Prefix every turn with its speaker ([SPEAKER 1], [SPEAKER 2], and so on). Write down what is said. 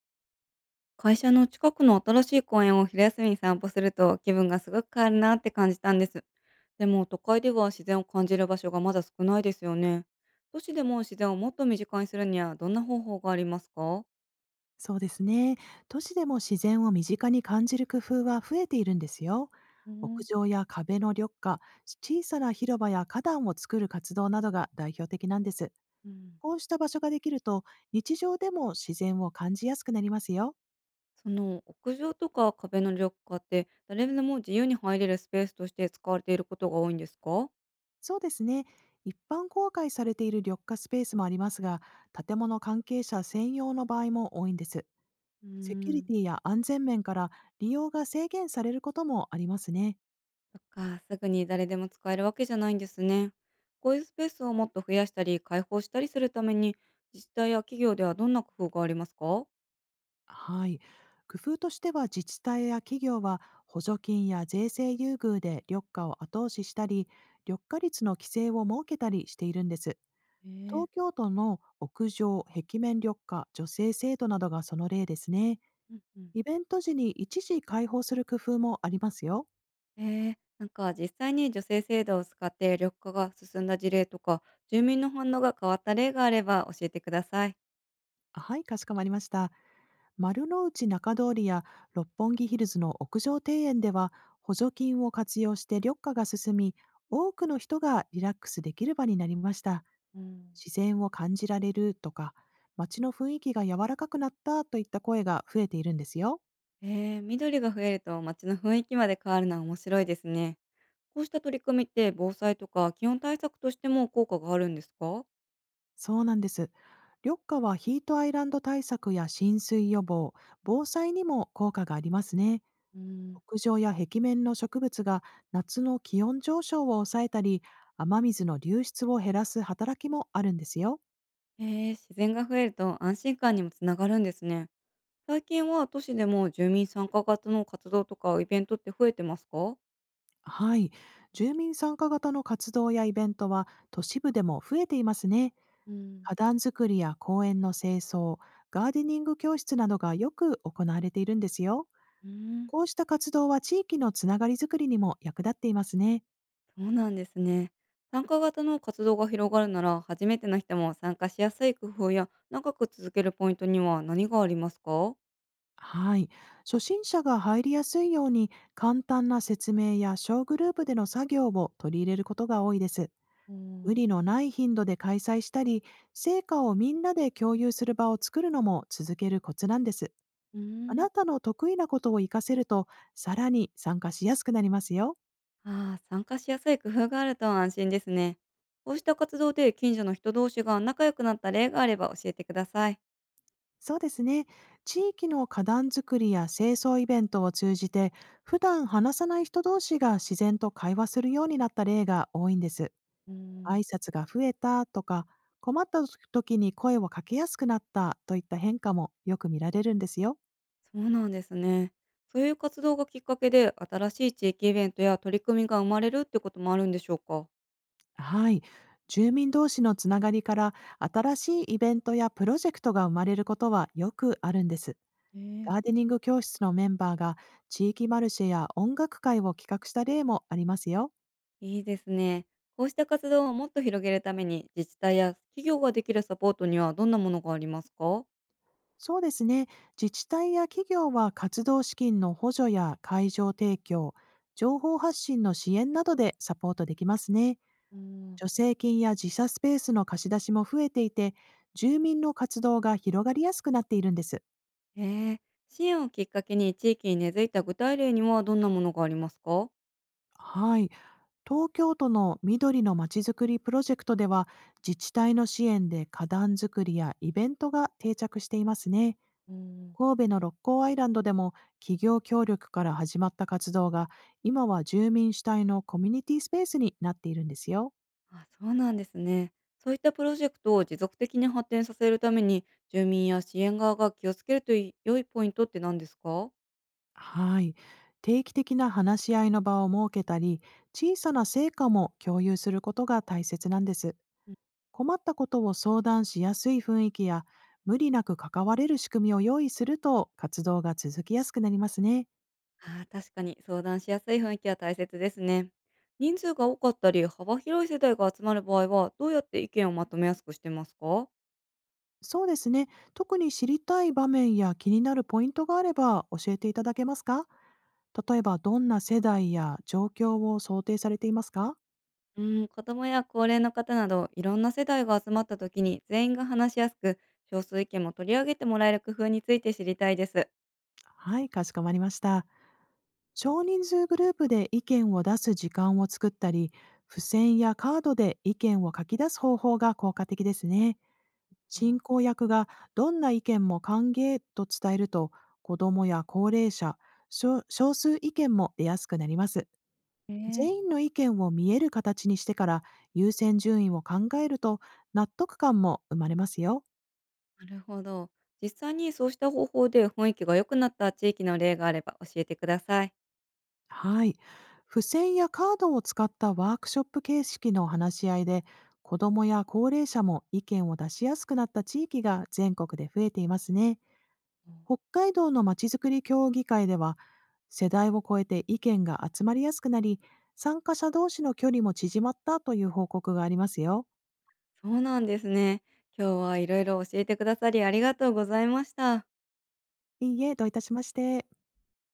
[SPEAKER 1] 会社の近くの新しい公園を昼休みに散歩すると気分がすごく変わるなって感じたんです。でも都会では自然を感じる場所がまだ少ないですよね。都市でも自然をもっと身近にするにはどんな方法がありますか？
[SPEAKER 2] そうですね。都市でも自然を身近に感じる工夫は増えているんですよ。
[SPEAKER 1] う
[SPEAKER 2] 屋
[SPEAKER 1] ん、
[SPEAKER 2] 上や壁の緑化、小さな広場や花壇を作る活動などが代表的なんです。
[SPEAKER 1] うん。
[SPEAKER 2] こうした場所ができると、日常でも自然を感じやすくなりますよ。
[SPEAKER 1] その屋上とか壁の緑化って誰でも自由に入れるスペースとして使われていることが多いんですか？
[SPEAKER 2] そうですね。一般公開されている緑化スペースもありますが、建物関係者専用の場合も多いんです。
[SPEAKER 1] う
[SPEAKER 2] セキュリ
[SPEAKER 1] ん。
[SPEAKER 2] ティや安全面から利用が制限されることもありますね。
[SPEAKER 1] そっか、すぐに誰でも使えるわけじゃないんですね。こういうスペースをもっと増やしたり、開放したりするために、自治体や企業ではどんな工夫がありますか？
[SPEAKER 2] はい。工夫としては、自治体や企業は補助金や税制優遇で緑化を後押ししたり、緑化率の規制を設けたりしているんです。
[SPEAKER 1] え
[SPEAKER 2] 東
[SPEAKER 1] ー、
[SPEAKER 2] 京都の屋上、壁面緑化、助成制度などがその例ですね。
[SPEAKER 1] うんうん。
[SPEAKER 2] イベント時に一時開放する工夫もありますよ。
[SPEAKER 1] えなんか実際に女性制度を使って緑化が進んだ事例とか、住民の反応が変わった例があれば教えてください。
[SPEAKER 2] はい、かしこまりました。丸の内中通りや六本木ヒルズの屋上庭園では、補助金を活用して緑化が進み、多くの人がリラックスできる場になりました。
[SPEAKER 1] うん。
[SPEAKER 2] 自然を感じられるとか、街の雰囲気が柔らかくなったといった声が増えているんですよ。
[SPEAKER 1] 緑が増えると街の雰囲気まで変わるのは面白いですね。こうした取り組みって防災とか気温対策としても効果があるんですか？
[SPEAKER 2] そうなんです。緑化はヒートアイランド対策や浸水予防、防災にも効果がありますね。
[SPEAKER 1] うん。
[SPEAKER 2] 屋上や壁面の植物が夏の気温上昇を抑えたり、雨水の流出を減らす働きもあるんですよ。
[SPEAKER 1] へえ、自然が増えると安心感にもつながるんですね。最近は都市でも住民参加型の活動とかイベントって増えてますか？う
[SPEAKER 2] はい。住民参加型の活動やイベントは都市部でも増えていますね。
[SPEAKER 1] うん、
[SPEAKER 2] 花壇作りや公園の清掃、ガーデニング教室などがよく行われているんですよ。
[SPEAKER 1] うーん、
[SPEAKER 2] こうした活動は、地域のつながりづくりにも役立っていますね。
[SPEAKER 1] そうなんですね。参加型の活動が広がるなら、初めての人も参加しやすい工夫や長く続けるポイントには何がありますか？う
[SPEAKER 2] はい。初心者が入りやすいように、簡単な説明や小グループでの作業を取り入れることが多いです。
[SPEAKER 1] おー。
[SPEAKER 2] 無理のない頻度で開催したり、成果をみんなで共有する場を作るのも続けるコツなんです。
[SPEAKER 1] うー
[SPEAKER 2] あ
[SPEAKER 1] ん、
[SPEAKER 2] なたの得意なことを活かせると、さらに参加しやすくなりますよ。
[SPEAKER 1] ああ、参加しやすい工夫があると安心ですね。こうした活動で近所の人同士が仲良くなった例があれば教えてください。
[SPEAKER 2] そうですね。地域の花壇作りや清掃イベントを通じて、普段話さない人同士が自然と会話するようになった例が多いんです。
[SPEAKER 1] う
[SPEAKER 2] 挨
[SPEAKER 1] ん。
[SPEAKER 2] 拶が増えたとか、困った時に声をかけやすくなったといった変化もよく見られるんですよ。
[SPEAKER 1] そうなんですね。そういう活動がきっかけで、新しい地域イベントや取り組みが生まれるってこともあるんでしょうか？
[SPEAKER 2] はい。住民同士のつながりから、新しいイベントやプロジェクトが生まれることはよくあるんです。
[SPEAKER 1] え
[SPEAKER 2] ガー
[SPEAKER 1] え。
[SPEAKER 2] デニング教室のメンバーが地域マルシェや音楽会を企画した例もありますよ。
[SPEAKER 1] いいですね。こうした活動をもっと広げるために、自治体や企業ができるサポートにはどんなものがありますか？
[SPEAKER 2] そうですね。自治体や企業は、活動資金の補助や会場提供、情報発信の支援などでサポートできますね。
[SPEAKER 1] うん、
[SPEAKER 2] 助成金や自社スペースの貸し出しも増えていて、住民の活動が広がりやすくなっているんです。
[SPEAKER 1] へえ、支援をきっかけに地域に根付いた具体例にはどんなものがありますか？
[SPEAKER 2] はい。東京都の緑のまちづくりプロジェクトでは、自治体の支援で花壇作りやイベントが定着していますね。
[SPEAKER 1] うん、
[SPEAKER 2] 神戸の六甲アイランドでも、企業協力から始まった活動が今は住民主体のコミュニティスペースになっているんですよ。
[SPEAKER 1] あ、そうなんですね。そういったプロジェクトを持続的に発展させるために、住民や支援側が気をつけるといい良いポイントって何ですか？
[SPEAKER 2] はい。定期的な話し合いの場を設けたり、小さな成果も共有することが大切なんです。困ったことを相談しやすい雰囲気や、無理なく関われる仕組みを用意すると、活動が続きやすくなりますね。
[SPEAKER 1] ああ、確かに相談しやすい雰囲気は大切ですね。人数が多かったり、幅広い世代が集まる場合は、どうやって意見をまとめやすくしてますか？
[SPEAKER 2] そうですね。特に知りたい場面や気になるポイントがあれば教えていただけますか？例えば、どんな世代や状況を想定されていますか？
[SPEAKER 1] うん、子供や高齢の方など、いろんな世代が集まった時に全員が話しやすく、少数意見も取り上げてもらえる工夫について知りたいです。
[SPEAKER 2] はい、かしこまりました。少人数グループで意見を出す時間を作ったり、付箋やカードで意見を書き出す方法が効果的ですね。進行
[SPEAKER 1] あ、
[SPEAKER 2] 役がどんな意見も歓迎と伝えると、子どもや高齢者、少数意見も出やすくなります。
[SPEAKER 1] ええ、
[SPEAKER 2] 全員の意見を見える形にしてから優先順位を考えると、納得感も生まれますよ。
[SPEAKER 1] なるほど。実際にそうした方法で雰囲気が良くなった地域の例があれば教えてください。
[SPEAKER 2] はい。付箋やカードを使ったワークショップ形式の話し合いで、子どもや高齢者も意見を出しやすくなった地域が全国で増えていますね。
[SPEAKER 1] うん。
[SPEAKER 2] 北海道のまちづくり協議会では、世代を超えて意見が集まりやすくなり、参加者同士の距離も縮まったという報告がありますよ。
[SPEAKER 1] そうなんですね。今日はいろいろ教えてくださりありがとうございました。
[SPEAKER 2] いいえ、どういたしまして。